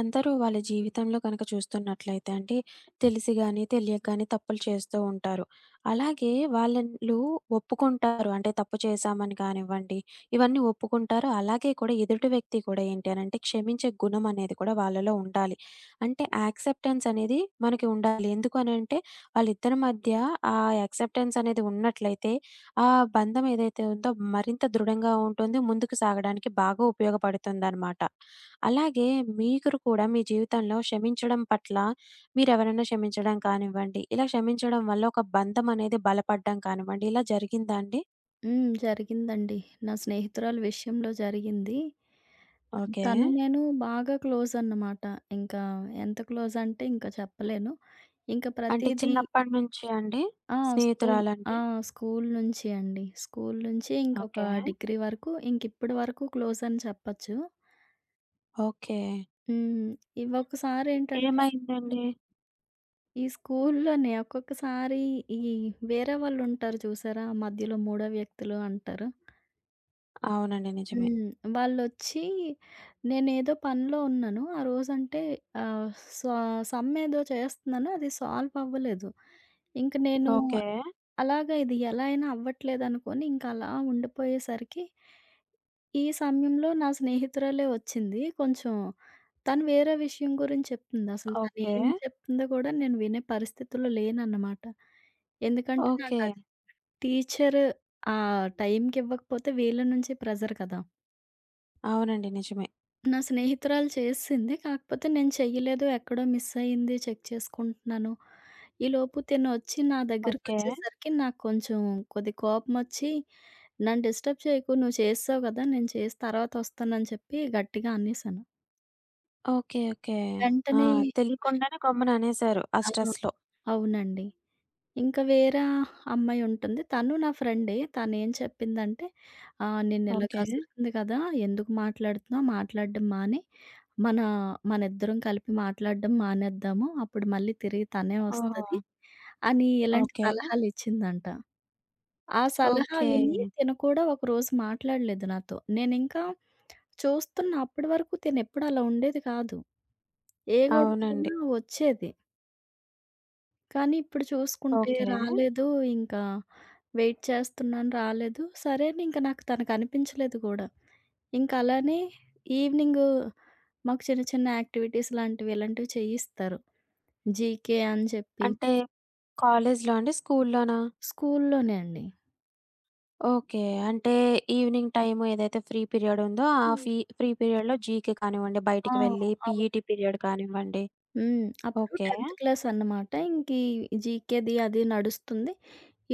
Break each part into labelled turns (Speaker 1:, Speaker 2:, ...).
Speaker 1: అందరూ వాళ్ళ జీవితంలో కనుక చూస్తున్నట్లయితే అంటే తెలిసి గాని, తెలియక గాని తప్పులు చేస్తూ ఉంటారు. అలాగే వాళ్ళండ్లు ఒప్పుకుంటారు. అంటే తప్పు చేశామని కానివ్వండి, ఇవన్నీ ఒప్పుకుంటారు. అలాగే కూడా ఎదుటి వ్యక్తి కూడా ఏంటి అనంటే క్షమించే గుణం అనేది కూడా వాళ్ళలో ఉండాలి. అంటే యాక్సెప్టెన్స్ అనేది మనకి ఉండాలి. ఎందుకు అనంటే వాళ్ళిద్దరి మధ్య ఆ యాక్సెప్టెన్స్ అనేది ఉన్నట్లయితే ఆ బంధం ఏదైతే ఉందో మరింత దృఢంగా ఉంటుంది. ముందుకు సాగడానికి బాగా ఉపయోగపడుతుందనమాట. అలాగే మీరు కూడా మీ జీవితంలో క్షమించడం పట్ల మీరెవరైనా క్షమించడం కానివ్వండి, ఇలా క్షమించడం వల్ల ఒక బంధం అనేది బలపడ్డం కానివ్వండి, ఇలా జరిగిందా అండి?
Speaker 2: హ్మ్. జరిగిందండి. నా స్నేహితురాలు విషయంలో జరిగింది.
Speaker 1: ఓకే.
Speaker 2: తను నేను బాగా క్లోజ్ అన్నమాట. ఇంకా ఎంత క్లోజ్ అంటే ఇంకా చెప్పలేను. ఇంకా
Speaker 1: అంటే
Speaker 2: ప్రతీదీ.
Speaker 1: చిన్నప్పటి నుంచి అండి?
Speaker 2: ఆ! స్కూల్. ఆ!
Speaker 1: స్నేహితురాలంటే?
Speaker 2: స్కూల్ నుంచి అండి. స్కూల్ నుంచి ఇంకొక
Speaker 1: ఓకే.
Speaker 2: డిగ్రీ వరకు ఇంకిప్పటి వరకు క్లోజ్ అని చెప్పొచ్చు.
Speaker 1: ఓకే.
Speaker 2: హ్మ్. ఇవి ఒకసారేంటంటే
Speaker 1: ఏమైందండి?
Speaker 2: ఈ స్కూల్లోనే ఒక్కొక్కసారి ఈ వేరే వాళ్ళుంటారు చూసారా? మధ్యలో మూడో వ్యక్తులు అంటారు.
Speaker 1: అవునండి. నిజమే.
Speaker 2: హ్మ్. వాళ్ళొచ్చి నేనేదో పనిలో ఉన్నాను. ఆ రోజంటే ఆహ్, స్వ సమ్ ఏదో చేస్తున్నాను. అది సాల్వ్ అవ్వలేదు. ఇంక నేను
Speaker 1: ఓకే.
Speaker 2: అలాగా ఇది ఎలా అయినా అవ్వట్లేదనుకోని ఇంక అలా ఉండిపోయేసరికి, ఈ సమయంలో నా స్నేహితురాలే వచ్చింది. కొంచెం తను వేరే విషయం గురించి చెప్తుంది. అసలు
Speaker 1: ఓకే.
Speaker 2: తనేం చెప్తుందో కూడా నేను వినే పరిస్థితిలో లేనన్నమాట. ఎందుకంటే
Speaker 1: ఓకే.
Speaker 2: నాకది టీచర్ ఆ టైంకివ్వకపోతే వీళ్ళ నుంచి ప్రెషర్ కదా!
Speaker 1: అవునండి. నిజమే.
Speaker 2: నా స్నేహితురాలు చేసింది. కాకపోతే నేను చెయ్యలేదు. ఎక్కడో మిస్ అయింది చెక్ చేసుకుంటున్నాను. ఈలోపు తినొచ్చి నా
Speaker 1: ఓకే.
Speaker 2: దగ్గరికొచ్చేసరికి నాకు కొంచెం కొద్ది కోపమొచ్చి, "నన్ను డిస్టర్బ్ చేయకు. నువ్వు చేసావు గదా! నేను చేసి తర్వాత వస్తానని" చెప్పి గట్టిగా అనేసాను.
Speaker 1: ఓకే. ఓకే. ఆ!
Speaker 2: వెంటనే
Speaker 1: తెలియకుండానే గమ్మున అనేసారు ఆ
Speaker 2: ఆ!
Speaker 1: స్ట్రెస్‌లో.
Speaker 2: అవునండి. ఇంకా వేరే అమ్మాయి ఉంటుంది. తను నా ఫ్రెండే. తనేం చెప్పిందంటే, నిన్నిలా
Speaker 1: ఓకే.
Speaker 2: కసురుతుంది కదా! ఎందుకు మాట్లాడుతున్నావు? మాట్లాడడం మానేయి. మన మనిద్దరం కలిపి మాట్లాడడం మానేద్దాము. అప్పుడు మళ్ళీ తిరిగి తనే వస్తది
Speaker 1: ఓహో!
Speaker 2: అని ఇలాంటి
Speaker 1: ఓకే.
Speaker 2: సలహాలిచ్చిందంట. ఆ సలహా ఓకే.
Speaker 1: ఓకే.
Speaker 2: విని తిను కూడా ఒకరోజు మాట్లాడలేదు నాతో. నేనింకా చూస్తున్నా అప్పటి వరకు తినెప్పుడు అలా ఉండేది కాదు. ఏ
Speaker 1: అవునండి.
Speaker 2: గొడవైనా వచ్చేది. కానీ ఇప్పుడు చూసుకుంటే
Speaker 1: ఓకే.
Speaker 2: రాలేదు. ఇంకా వెయిట్ చేస్తున్నాను రాలేదు. సరే అని ఇంక నాకు తను కనిపించలేదు కూడా. ఇంక అలానే ఈవినింగు మాకు చిన్న చిన్న యాక్టివిటీస్ లాంటివి ఇలాంటివి చేయిస్తారు. జీకే అని చెప్పి.
Speaker 1: అంటే కాలేజ్‌లో అండి? స్కూల్లోనా?
Speaker 2: స్కూల్లోనే అండి.
Speaker 1: ఓకే. అంటే ఈవినింగ్ టైమ్ ఏదైతే ఫ్రీ పీరియడ్ ఉందో, ఆ
Speaker 2: హ్మ్.
Speaker 1: ఫ్రీ పీరియడ్‌లో జీకే కానివ్వండి,
Speaker 2: ఆ!
Speaker 1: బయటికి వెళ్లి
Speaker 2: అవును.
Speaker 1: పీఈటీ పీరియడ్ కానివ్వండి.
Speaker 2: హ్మ్. అప్పుడు
Speaker 1: ఓకే.
Speaker 2: 10th క్లాస్ అన్నమాట. ఇంకీ జీకేది అది నడుస్తుంది.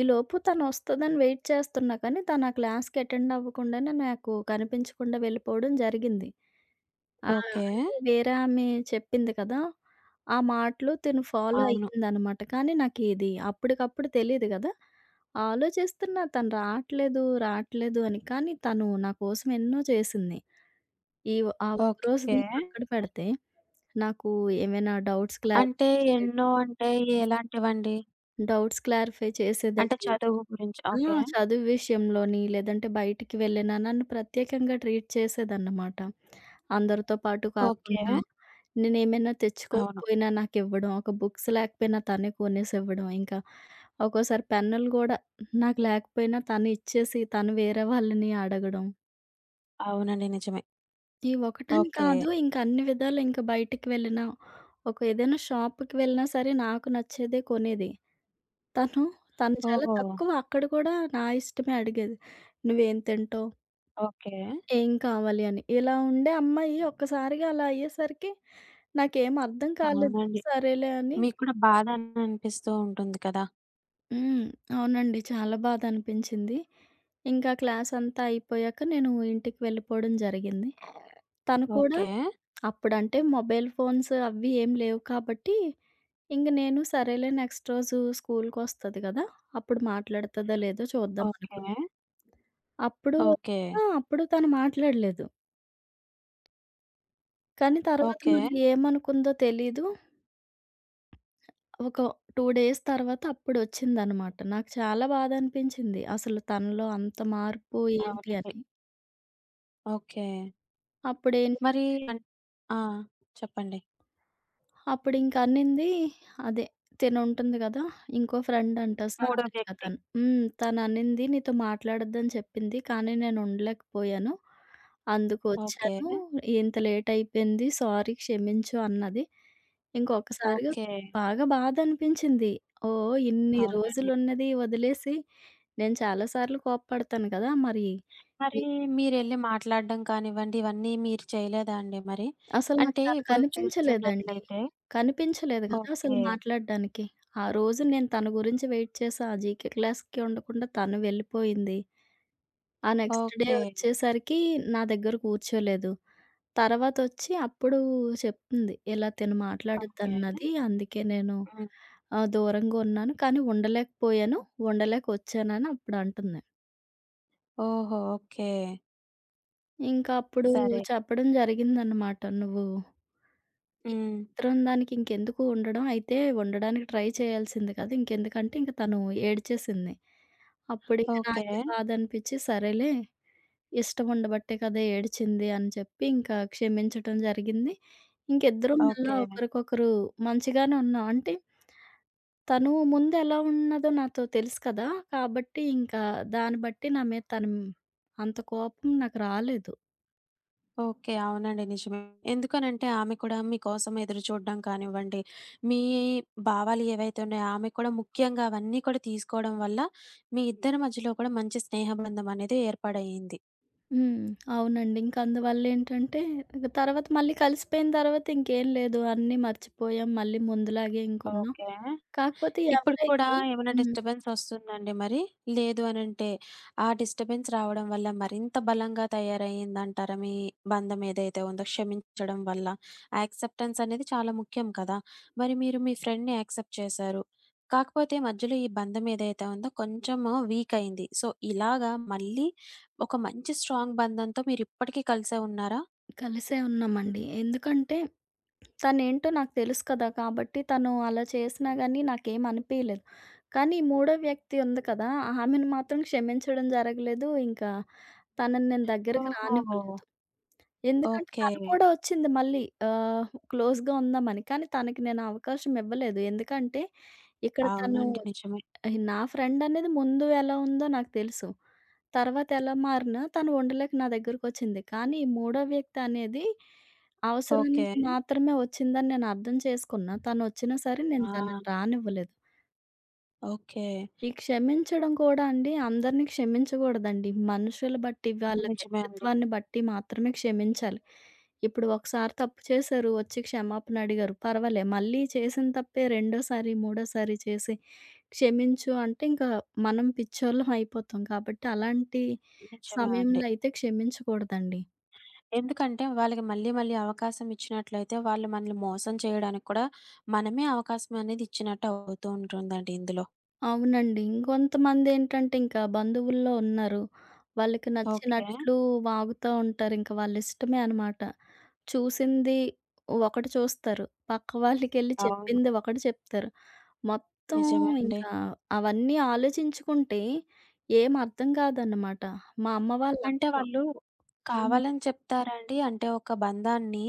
Speaker 2: ఈలోపు తనొస్తదని వెయిట్ చేస్తున్నా కానీ, తను ఆ క్లాస్‌కి అటెండ్ అవ్వకుండానే నాకు కనిపించకుండా వెళ్ళిపోవడం జరిగింది. ఆ!
Speaker 1: ఓకే.
Speaker 2: అంటే వేరే ఆమె చెప్పింది కదా! ఆ మాటలు తిను ఫాలో
Speaker 1: అవును.
Speaker 2: అయ్యిందనమాట. కానీ నాకిది అప్పటికప్పుడు తెలీదు గదా! ఆలోచిస్తున్నా తను రాట్లేదు, రాట్లేదు అని. కానీ తను నా కోసం ఎన్నో చేసింది. ఈ ఆ ఒక్కరోజు
Speaker 1: ఓకే.
Speaker 2: నేను పక్కన పెడితే, నాకు ఏమైనా డౌట్స్ క్లారిఫై
Speaker 1: అంటే
Speaker 2: చేయడం,
Speaker 1: ఎన్నో అంటే ఎలాంటివండి?
Speaker 2: డౌట్స్ క్లారిఫై
Speaker 1: అంటే
Speaker 2: చేసేదండి.
Speaker 1: చదువు గురించి.
Speaker 2: ఆ!
Speaker 1: ఓకే.
Speaker 2: చదువు విషయంలోని, లేదంటే బయటికి వెళ్ళినా నన్ను ప్రత్యేకంగా ట్రీట్ చేసేదన్నమాట. అందరితో పాటు
Speaker 1: ఓకే.
Speaker 2: కాకుండా నేనేమైనా
Speaker 1: అవును.
Speaker 2: తెచ్చుకోకపోయినా నాకివ్వడం, ఒక బుక్స్ లేకపోయినా తనే కొనేసి ఇవ్వడం. ఇంకా ఒక్కోసారి పెన్నులు గూడా నాకు లేకపోయినా తను ఇచ్చేసి, తను వేరే వాళ్ళని అడగడం.
Speaker 1: అవునండి. నిజమే.
Speaker 2: ఈ ఒకటని
Speaker 1: ఓకే.
Speaker 2: కాదు. ఇంక అన్ని విధాలు ఇంక బయటికి వెళ్ళినా, ఒక ఏదైనా షాప్‌కి వెళ్ళినా సరే నాకు నచ్చేదే కొనేది. తను తను చాలా
Speaker 1: ఓహో!
Speaker 2: తక్కువ అక్కడ కూడా నా ఇష్టమే అడిగేది. "నువ్వేం తింటావు?
Speaker 1: ఓకే.
Speaker 2: ఏం కావాలి?" అని. ఇలా ఉండే అమ్మాయి ఒక్కసారిగా అలా అయ్యేసరికి నాకేం అర్థం కాలేదు.
Speaker 1: అవునండి.
Speaker 2: సరేలే అని
Speaker 1: మీకు కూడా బాధ అనిపిస్తూ ఉంటుంది కదా!
Speaker 2: హ్మ్. అవునండి. చాలా బాధ అనిపించింది. ఇంకా క్లాస్ అంతా అయిపోయాక నేను ఇంటికి వెళ్ళిపోవడం జరిగింది. తను కూడా
Speaker 1: ఓకే.
Speaker 2: అప్పుడంటే మొబైల్ ఫోన్స్ అవి ఏం లేవు కాబట్టి ఇంక నేను సరేలే నెక్స్ట్ రోజు స్కూలుకొస్తది గదా! అప్పుడు మాట్లాడతదో లేదో చూద్దాం
Speaker 1: ఓకే.
Speaker 2: అనుకున్నా. అప్పుడు
Speaker 1: ఓకే.
Speaker 2: ఆ! అప్పుడు తను మాట్లాడలేదు. కానీ తర్వాత
Speaker 1: ఓకే.
Speaker 2: మరి ఏమనుకుందో తెలీదు. ఒక 2 డేస్ తర్వాత అప్పుడొచ్చిందనమాట. నాకు చాలా బాధ అనిపించింది. అసలు తనలో అంత మార్పు ఏంటి
Speaker 1: అవునండి.
Speaker 2: అని.
Speaker 1: ఓకే.
Speaker 2: అప్పుడేం
Speaker 1: మరి అన్ ఆ! చెప్పండి.
Speaker 2: అప్పుడింక అనింది, అదే తినుంటుంది గదా! ఇంకో ఫ్రెండ్ అంట
Speaker 1: మూడో
Speaker 2: సాగరిక
Speaker 1: వ్యక్తి.
Speaker 2: తను. హ్మ్. తననింది నీతో మాట్లాడొద్దని చెప్పింది. కానీ నేను ఉండలేకపోయాను. అందుకు
Speaker 1: ఓకే.
Speaker 2: ఒచ్చాను. ఇంత లేట్ అయిపోయింది. సారీ క్షమించు అన్నది. ఇంకొకసారిగా
Speaker 1: ఓకే.
Speaker 2: బాగా బాధనిపించింది. ఓహ్! ఇన్ని
Speaker 1: అవునండి.
Speaker 2: రోజులున్నది వదిలేసి నేను చాలా సార్లు కోప్పడతాను కదా! మరి
Speaker 1: మరి మీరెళ్లి మాట్లాడడం కానివ్వండి, ఇవన్నీ మీరు చేయలేదా అండి మరి?
Speaker 2: అసలు నాకు
Speaker 1: అంటే
Speaker 2: తను
Speaker 1: ఇప్పుడు
Speaker 2: కనిపించలేదండి.
Speaker 1: చూస్తున్నట్లయితే
Speaker 2: కనిపించలేదు గదా! అసలు
Speaker 1: ఓకే.
Speaker 2: మాట్లాడడానికి. ఆ రోజు నేను తన గురించి వెయిట్ చేశా. ఆ జీకే క్లాస్‌కి ఉండకుండా తను వెళ్ళిపోయింది. ఆ నెక్స్ట్ డే
Speaker 1: ఓకే.
Speaker 2: వచ్చేసరికి నా దగ్గర కూర్చోలేదు. తర్వాతొచ్చి అప్పుడు చెప్తుంది. ఇలా తిను
Speaker 1: ఓకే.
Speaker 2: మాట్లాడొద్దన్నది. అందుకే నేను
Speaker 1: హ్మ్.
Speaker 2: దూరంగా ఉన్నాను. కానీ ఉండలేకపోయాను. ఉండలేకొచ్చానని అప్పుడంటుంది.
Speaker 1: ఓహో! ఓకే.
Speaker 2: ఇంకా అప్పుడు
Speaker 1: సరే.
Speaker 2: చెప్పడం జరిగిందనమాట. నువ్వు ఈ
Speaker 1: హ్మ్.
Speaker 2: చిత్రందానికి ఇంకెందుకు ఉండడం, అయితే ఉండడానికి ట్రై చేయాల్సింది కాదు. ఇంకెందుకంటే ఇంక తను ఏడ్చేసింది. అప్పుడింక
Speaker 1: ఓకే.
Speaker 2: నాకే బాధనిపిచ్చి, సరేలే ఇష్టముండబట్టే కదా ఏడ్చింది అని చెప్పి ఇంకా క్షమించటం జరిగింది. ఇంకిద్దరం మళ్ళా
Speaker 1: ఓకే.
Speaker 2: ఒకరికొకరు మంచిగానే ఉన్నాం. అంటే తను ముందెలా ఉన్నదో నాతో తెలుసు కదా! కాబట్టి ఇంకా దాన్ని బట్టి నా మీద తను అంత కోపం నాకు రాలేదు.
Speaker 1: ఓకే. అవునండి. నిజమే. ఎందుకనంటే ఆమె కూడా మీకోసం ఎదురు చూడడం కానివ్వండి, మీ భావాలు ఏవైతే ఉన్నాయో ఆమె కూడా ముఖ్యంగా అవన్నీ కూడా తీసుకోవడం వల్ల మీ ఇద్దరి మధ్యలో కూడా మంచి స్నేహ బంధం అనేది ఏర్పాటయింది.
Speaker 2: హ్మ్. అవునండి. ఇంక అందువల్లేంటంటే, ఇక తర్వాత మళ్ళీ కలిసిపోయిన తర్వాత ఇంకేం లేదు. అన్నీ మర్చిపోయాం. మళ్ళీ ముందులాగే ఇంకున్నాం.
Speaker 1: ఓకే.
Speaker 2: కాకపోతే
Speaker 1: ఇప్పుడు కూడా
Speaker 2: ఎవరైతే
Speaker 1: ఏమైనా
Speaker 2: హ్మ్.
Speaker 1: డిస్టర్బెన్స్ వస్తుందండి మరి? లేదు అనంటే, ఆ డిస్టర్బెన్స్ రావడం వల్ల మరింత బలంగా తయారయిందంటారా మీ బంధం ఏదైతే ఉందో క్షమించడం వల్ల? యాక్సెప్టెన్స్ అనేది చాలా ముఖ్యం కదా! మరి మీరు మీ ఫ్రెండ్‌ని యాక్సెప్ట్ చేశారు. కాకపోతే మధ్యలో ఈ బంధం ఏదైతే ఉందో కొంచెము వీక్ అయింది. సో, ఇలాగా మళ్ళీ ఒక మంచి స్ట్రాంగ్ బంధంతో మీరిప్పటికీ కలిసే ఉన్నారా?
Speaker 2: కలిసే ఉన్నామండి. ఎందుకంటే, తనేంటో నాకు తెలుసు కదా! కాబట్టి తను అలా చేసినా గానీ నాకేం అనిపియలేదు. కానీ మూడో వ్యక్తి ఉంది కదా! ఆమెను మాత్రం క్షమించడం జరగలేదు. ఇంకా తనని నేను దగ్గరికి
Speaker 1: ఓహో!
Speaker 2: రానివ్వలేదు. ఎందుకంటే
Speaker 1: ఓకే.
Speaker 2: తను కూడా ఒచ్చింది మళ్ళీ. క్లోజ్‌గా ఉందామని. కానీ తనకి నేను ఆ అవకాశం ఇవ్వలేదు. ఎందుకంటే ఇక్కడ తను
Speaker 1: అవునండి. నిజమే.
Speaker 2: నా ఫ్రెండ్ అనేది ముందు ఎలా ఉందో నాకు తెలుసు. తర్వాత ఎలా మారినా తను ఉండలేక నా దగ్గరకొచ్చింది. కానీ ఈ మూడో వ్యక్తి అనేది
Speaker 1: ఓకే.
Speaker 2: అవసరానికి మాత్రమే ఒచ్చిందని నేను అర్థం చేసుకున్నా. తనొచ్చినా సరే నేను
Speaker 1: ఆ!
Speaker 2: తనని రానివ్వలేదు.
Speaker 1: ఓకే.
Speaker 2: ఈ క్షమించడం కూడా అండి, అందరిని క్షమించకూడదండి. మనుషులు బట్టి, హ్మ్, వాళ్ళ
Speaker 1: నిజమే అండి.
Speaker 2: వ్యక్తిత్వాన్ని బట్టి మాత్రమే క్షమించాలి. ఇప్పుడు ఒకసారి తప్పు చేశారు, వచ్చి క్షమాపణ అడిగారు. పర్వాలే. మళ్ళీ చేసిన తప్పే రెండోసారి, మూడోసారి చేసి క్షమించు అంటే ఇంకా మనం పిచ్చోళ్ళం అయిపోతాం. కాబట్టి అలాంటి
Speaker 1: నిజమే అండి.
Speaker 2: సమయంలో అయితే క్షమించకూడదండి.
Speaker 1: ఎందుకంటే వాళ్ళకి మళ్ళీ మళ్ళీ అవకాశం ఇచ్చినట్లయితే వాళ్ళు మనల్ని మోసం చేయడానికి కూడా మనమే అవకాశం అనేది ఇచ్చినట్టు అవుతూ ఉంటుందండి ఇందులో.
Speaker 2: అవునండి. ఇంకొంతమందేంటంటే ఇంకా బంధువుల్లో ఉన్నారు. వాళ్ళకి
Speaker 1: ఓకే.
Speaker 2: నచ్చినట్లు వాగుతా ఉంటారు. ఇంక వాళ్ళ ఇష్టమే అనమాట. చూసింది ఒకటి చూస్తారు. పక్క వాళ్ళకెళ్ళి
Speaker 1: అవును.
Speaker 2: చెప్పింది ఒకటి చెప్తారు. మొత్తం
Speaker 1: నిజమే అండి.
Speaker 2: ఇంకా అవన్నీ ఆలోచించుకుంటే ఏం అర్థం కాదన్నమాట. మా అమ్మ వాళ్ళ
Speaker 1: అంటే
Speaker 2: అక్క.
Speaker 1: వాళ్ళు
Speaker 2: హ్మ్.
Speaker 1: కావాలని చెప్తారా అండి? అంటే ఒక బంధాన్ని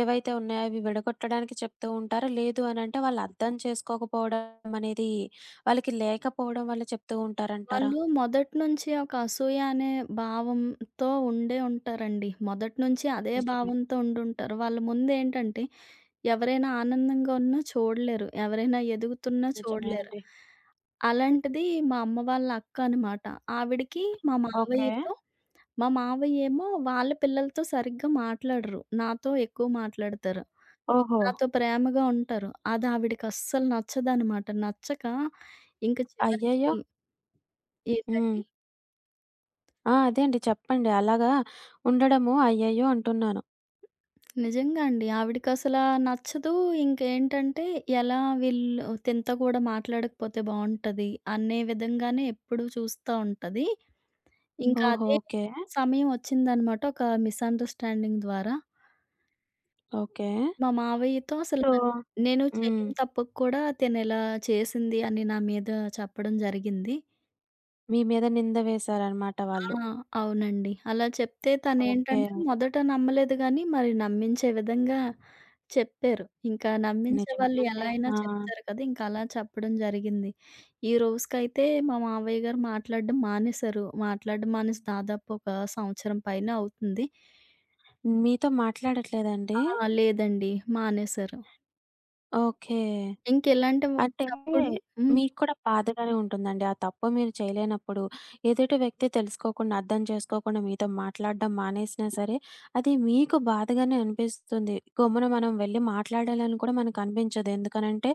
Speaker 1: ఏవైతే ఉన్నాయో అవి విడగొట్టడానికి చెప్తూ ఉంటారా? లేదు అనంటే వాళ్ళు అర్థం చేసుకోకపోవడం అనేది వాళ్ళకి లేకపోవడం వల్ల చెప్తూ ఉంటారంటారా?
Speaker 2: వాళ్ళు మొదటి నుంచి ఒక అసూయ అనే భావంతో ఉండే ఉంటారండి. మొదటి నుంచి అదే
Speaker 1: నిజమే.
Speaker 2: భావంతో ఉండుంటారు. వాళ్ళ ముందేంటంటే ఎవరైనా ఆనందంగా ఉన్నా చూడలేరు. ఎవరైనా ఎదుగుతున్నా
Speaker 1: నిజమే
Speaker 2: చూడలేరు.
Speaker 1: అండి.
Speaker 2: అలాంటిది మా అమ్మ వాళ్ళ అక్క అనమాట. ఆవిడకి మా
Speaker 1: ఓకే.
Speaker 2: మావయ్యతో మా మావయ్యేమో వాళ్ళ పిల్లలతో సరిగ్గా మాట్లాడరు. నాతో ఎక్కువ మాట్లాడతారు.
Speaker 1: ఓహో!
Speaker 2: నాతో ప్రేమగా ఉంటారు. అది ఆవిడకస్సలు నచ్చదనమాట. నచ్చక ఇంక చివరికి
Speaker 1: అయ్యయ్యో! హ్మ్.
Speaker 2: ఏంటండి
Speaker 1: ఆ! అదే అండి. చెప్పండి. అలాగా ఉండడము అయ్యయ్యో! అంటున్నాను.
Speaker 2: నిజంగా అండి. ఆవిడకసలా నచ్చదు. ఇంకేంటంటే ఎలా వీళ్ళు తినతో కూడా మాట్లాడకపోతే బావుంటది అనే విధంగానే ఎప్పుడూ చూస్తా ఉంటది. ఇంకా
Speaker 1: ఓహో!
Speaker 2: అదే
Speaker 1: ఓకే.
Speaker 2: సమయం వచ్చిందనమాట ఒక మిస్‌అండర్‌స్టాండింగ్ ద్వారా.
Speaker 1: ఓకే.
Speaker 2: మా మావయ్యతో అసలు
Speaker 1: సో
Speaker 2: నేను
Speaker 1: హ్మ్.
Speaker 2: చెయ్యని తప్పుకు కూడా తినిలా చేసింది అని నా మీద చెప్పడం జరిగింది.
Speaker 1: మీ మీద నింద వేశారనమాట
Speaker 2: ఆ!
Speaker 1: వాళ్ళు.
Speaker 2: అవునండి. అలా చెప్తే
Speaker 1: ఓకే.
Speaker 2: తనేంటంటే మొదట నమ్మలేదు గానీ, మరి నమ్మించే విధంగా చెప్పారు. ఇంకా నమ్మించే
Speaker 1: నిజమే
Speaker 2: వాళ్ళు ఎలా
Speaker 1: అండి.
Speaker 2: అయినా
Speaker 1: ఆ!
Speaker 2: చెప్తారు కదా! ఇంకా అలా చెప్పడం జరిగింది. ఈ రోజుకైతే మా మావయ్య గారు మాట్లాడడం మానేశారు. మాట్లాడడం మానేసి దాదాపు ఒక సంవత్సరం పైనే అవుతుంది.
Speaker 1: మీతో మాట్లాడట్లేదండి?
Speaker 2: ఆ! లేదండి. మానేశారు.
Speaker 1: ఓకే.
Speaker 2: ఇంకిలాంటి వ
Speaker 1: అంటే
Speaker 2: తప్పుడు. హ్మ్.
Speaker 1: మీకు కూడా బాధగానే ఉంటుందండి. ఆ తప్పు మీరు చేయలేనప్పుడు, ఎదుటి వ్యక్తి తెలుసుకోకుండా, అర్థం చేసుకోకుండా మీతో మాట్లాడడం మానేసినా సరే, అది మీకు బాధగానే అనిపిస్తుంది. గమ్మున మనం వెళ్లి మాట్లాడాలని కూడా మనకనిపించదు. ఎందుకనంటే,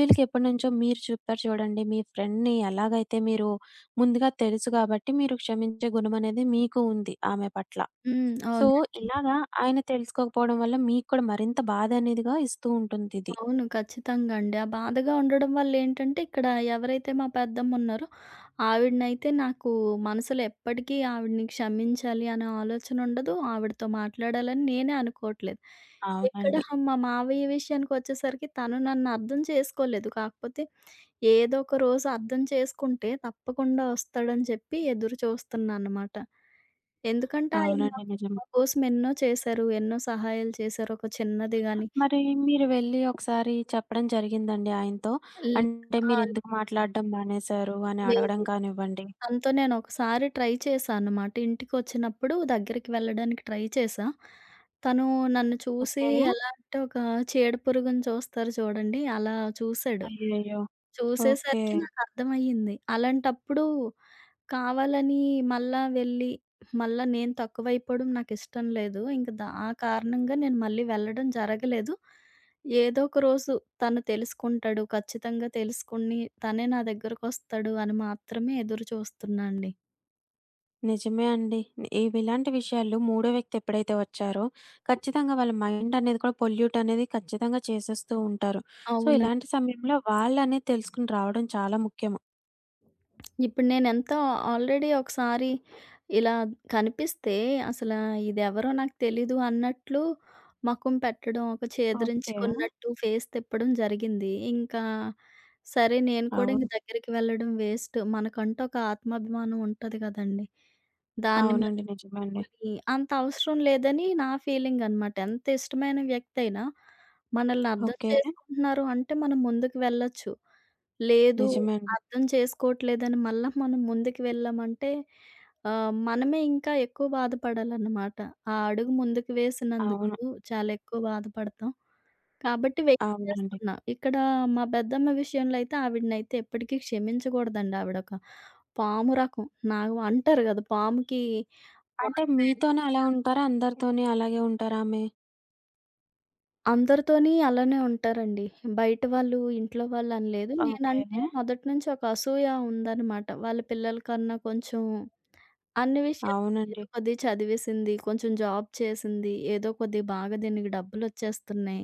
Speaker 1: వీళ్ళకి ఎప్పటినుంచో మీరు చెప్పారు చూడండి, మీ ఫ్రెండ్‌ని ఎలాగైతే మీరు ముందుగా తెలుసు కాబట్టి, మీరు క్షమించే గుణం అనేది మీకు ఉంది ఆమె పట్ల.
Speaker 2: హ్మ్.
Speaker 1: సో,
Speaker 2: అవును.
Speaker 1: ఇలాగా ఆయన తెలుసుకోకపోవడం వల్ల మీకు కూడా మరింత బాధ అనేదిగా ఇస్తూ ఉంటుంది ఇది.
Speaker 2: అవును. ఖచ్చితంగా అండి. ఆ బాధగా ఉండడం వల్లేంటంటే, ఇక్కడ ఎవరైతే మా పెద్దమ్మున్నారో, ఆవిడనైతే నాకు మనసులో ఎప్పటికీ ఆవిడని క్షమించాలి అనే ఆలోచన ఉండదు. ఆవిడతో మాట్లాడాలని నేనే అనుకోవట్లేదు. ఇక్కడ
Speaker 1: అవునండి.
Speaker 2: మా మావయ్య విషయానికొచ్చేసరికి తను నన్ను అర్థం చేసుకోలేదు. కాకపోతే ఏదో ఒక రోజు అర్థం చేసుకుంటే తప్పకుండా వస్తాడని చెప్పి ఎదురు చూస్తున్నానన్నమాట. ఎందుకంటే ఆయన
Speaker 1: అవునండి.
Speaker 2: మాకు
Speaker 1: నిజమే.
Speaker 2: మా కోసం ఎన్నో చేశారు. ఎన్నో సహాయాలు చేశారు. ఒక చిన్నది గాని,
Speaker 1: మరి మీరు వెళ్లి ఒకసారి చెప్పడం జరిగిందండి ఆయనతో?
Speaker 2: ల్
Speaker 1: అంటే
Speaker 2: ఆ!
Speaker 1: మీరెందుకు మాట్లాడడం మానేశారు అని
Speaker 2: లేదు.
Speaker 1: అడగడం కానివ్వండి.
Speaker 2: తనతో నేనొకసారి ట్రై చేశా అనమాట. ఇంటికొచ్చినప్పుడు దగ్గరికి వెళ్ళడానికి ట్రై చేశా. తను నన్ను చూసి
Speaker 1: ఓకే.
Speaker 2: ఎలా అంటే ఒక చీడపురుగుని చూస్తారు చూడండి, అలా చూసాడు.
Speaker 1: అయ్యయ్యో! ఓకే.
Speaker 2: చూసేసరికి నాకర్థమయ్యింది. అలాంటప్పుడు కావాలని మళ్ళా వెళ్ళి, మళ్ళా నేను తక్కువైపోవడం నాకిష్టం లేదు. ఇంక ఆ కారణంగా నేను మళ్ళీ వెళ్ళడం జరగలేదు. ఏదో ఒక రోజు తను తెలుసుకుంటాడు, ఖచ్చితంగా తెలుసుకొని తనే నా దగ్గరకొస్తాడు అని మాత్రమే ఎదురు చూస్తున్నా అండి.
Speaker 1: నిజమే అండి. ఇవి ఇలాంటి విషయాలు మూడో వ్యక్తి ఎప్పుడైతే వచ్చారో, ఖచ్చితంగా వాళ్ళ మైండ్ అనేది కూడా పొల్యూట్ అనేది ఖచ్చితంగా చేసేస్తూ ఉంటారు. సో,
Speaker 2: అవును.
Speaker 1: ఇలాంటి సమయంలో వాళ్ళనేది తెలుసుకొని రావడం చాలా ముఖ్యము.
Speaker 2: ఇప్పుడు నేనెంతో ఆల్రెడీ ఒకసారి ఇలా కనిపిస్తే అసల ఇదెవరో నాకు తెలీదు అన్నట్లు మకం పెట్టడం, ఒక
Speaker 1: ఓకే.
Speaker 2: చేదరించుకున్నట్టు ఫేస్ తిప్పడం జరిగింది. ఇంకా సరే నేను కూడా ఇంక
Speaker 1: అవును.
Speaker 2: దగ్గరికి వెళ్ళడం వేస్ట్. మనకంటూ ఒక ఆత్మాభిమానం ఉంటది గదండీ! దాన్ని
Speaker 1: అవునండి. నిజమే అండి.
Speaker 2: పోనీ అంత అవసరం లేదని నా ఫీలింగనమాట. ఎంత ఇష్టమైన వ్యక్తయినా మనల్ని అర్థం
Speaker 1: ఓకే.
Speaker 2: చేసుకుంటున్నారు అంటే మనం ముందుకు వెళ్ళొచ్చు. లేదు
Speaker 1: నిజమే అండి.
Speaker 2: అర్థం చేసుకోవట్లేదని మళ్ళా మనం ముందుకు వెళ్ళామంటే మనమే ఇంకా ఎక్కువ బాధపడాలన్నమాట. ఆ అడుగు ముందుకు
Speaker 1: అవును.
Speaker 2: వేసినందుకు చాలా ఎక్కువ బాధపడతాం. కాబట్టి వెయిట్
Speaker 1: అవునండి.
Speaker 2: చేస్తున్నా. ఇక్కడ మా పెద్దమ్మ విషయంలో అయితే ఆవిడనైతే ఎప్పటికీ క్షమించకూడదండి. ఆవిడొక పాము రకం. నా అంటారు గదా! పాముకి
Speaker 1: అంటే మీతోనే అలా ఉంటారా? అందరితోని అలాగే ఉంటారామె?
Speaker 2: అందరితోని అలానే ఉంటారండి. బయట వాళ్ళు, ఇంట్లో వాళ్ళు అని లేదు. హ్మ్.
Speaker 1: ఓకే.
Speaker 2: నేనంటే మొదటి నుంచి ఒక అసూయ ఉందనమాట. వాళ్ళ పిల్లల కన్నా కొంచెం అన్ని విషయాల్లో ఏదో
Speaker 1: అవునండి.
Speaker 2: కొద్దిగా చదివేసింది, కొంచెం జాబ్ చేసింది, ఏదో కొద్దిగా బాగా దీనికి డబ్బులొచ్చేస్తున్నాయి.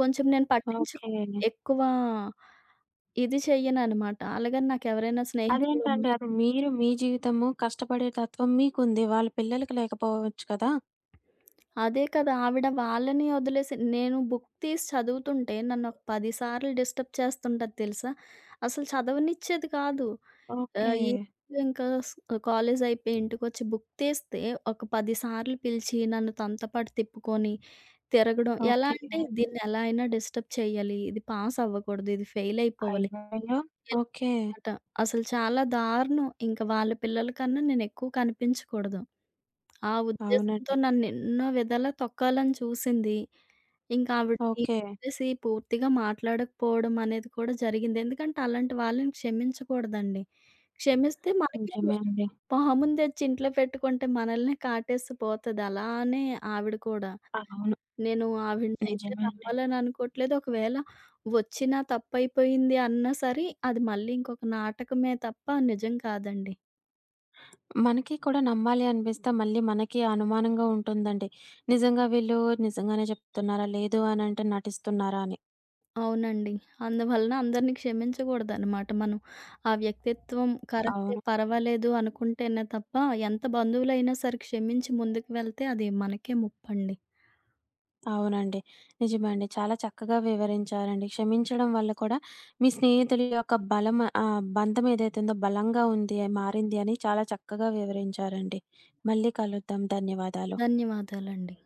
Speaker 2: కొంచెం నేను
Speaker 1: ఓకే.
Speaker 2: పట్టించుకోను. ఎక్కువ ఇది చెయ్యననమాట. అలాగని నాకెవరైనా స్నేహితులున్నా
Speaker 1: అదేంటండి అది మీరు మీ జీవితము, కష్టపడే తత్వం మీకుంది. వాళ్ళ పిల్లలకి లేకపోవచ్చు కదా!
Speaker 2: అదే కదా! ఆవిడ వాళ్ళని వదిలేసి నేను బుక్ తీసి చదువుతుంటే నన్నొక 10 సార్లు డిస్టర్బ్ చేస్తుంటది తెలుసా? అసలు చదవనిచ్చేది కాదు. ఆ!
Speaker 1: ఓకే.
Speaker 2: ఈవినింగ్ ఇంకా కాలేజ్ అయిపోయి ఇంటికొచ్చి బుక్ తీస్తే ఒక 10 సార్లు పిలిచి నన్ను తనతో పాటు తిప్పుకొని తిరగడం. ఎలా
Speaker 1: ఓకే.
Speaker 2: అంటే దీన్నెలా అయినా డిస్టర్బ్ చేయాలి. ఇది పాస్ అవ్వకూడదు. ఇది ఫెయిల్ అయిపోవాలి.
Speaker 1: అయ్యయ్యో! ఓకే.
Speaker 2: ఇలామాట. అసలు చాలా దారుణం. ఇంక వాళ్ళ పిల్లల కన్నా నేనెక్కువ కనిపించకూడదు. ఆ ఉద్దేశంతో
Speaker 1: అవునండి.
Speaker 2: నన్నెన్నో విధాలా తొక్కాలని చూసింది. ఇంకా ఆవిడని
Speaker 1: ఓకే.
Speaker 2: వదిలేసి పూర్తిగా మాట్లాడకపోవడం అనేది కూడా జరిగింది. ఎందుకంటే అలాంటి వాళ్ళని క్షమించకూడదండి. క్షమిస్తే మనకే
Speaker 1: నిజమే అండి.
Speaker 2: పాముని తెచ్చి ఇంట్లో పెట్టుకుంటే మనల్నే కాటేసి పోతది. అలానే ఆవిడ కూడా.
Speaker 1: అవును.
Speaker 2: నేను ఆవిడనైతే
Speaker 1: నిజమే అండి.
Speaker 2: నమ్మాలని అనుకోవట్లేదు. ఒకవేళ వచ్చినా తప్పయిపోయింది అన్నా సరే, అది మళ్ళీ ఇంకొక నాటకమే తప్ప నిజం కాదండి.
Speaker 1: మనకి కూడా నమ్మాలి అనిపిస్తే మళ్ళీ మనకి అనుమానంగా ఉంటుందండి. నిజంగా వీళ్ళు నిజంగానే చెప్తున్నారా? లేదు అనంటే నటిస్తున్నారా అని.
Speaker 2: అవునండి. అందువలన అందరిని క్షమించకూడదనమాట మనం. ఆ వ్యక్తిత్వం కరెక్టే
Speaker 1: అవును.
Speaker 2: పర్వాలేదు అనుకుంటేనే తప్ప, ఎంత బంధువులైనా సరే క్షమించి ముందుకు వెళ్తే అది మనకే ముప్పండి.
Speaker 1: అవునండి. నిజమే అండి. చాలా చక్కగా వివరించారండి. క్షమించడం వల్ల కూడా మీ స్నేహితుల యొక్క బలం బంధం ఏదైతే ఉందో బలంగా ఉంది మారింది అని చాలా చక్కగా వివరించారండి. మళ్ళీ కలుద్దాం. ధన్యవాదాలు.
Speaker 2: ధన్యవాదాలండి.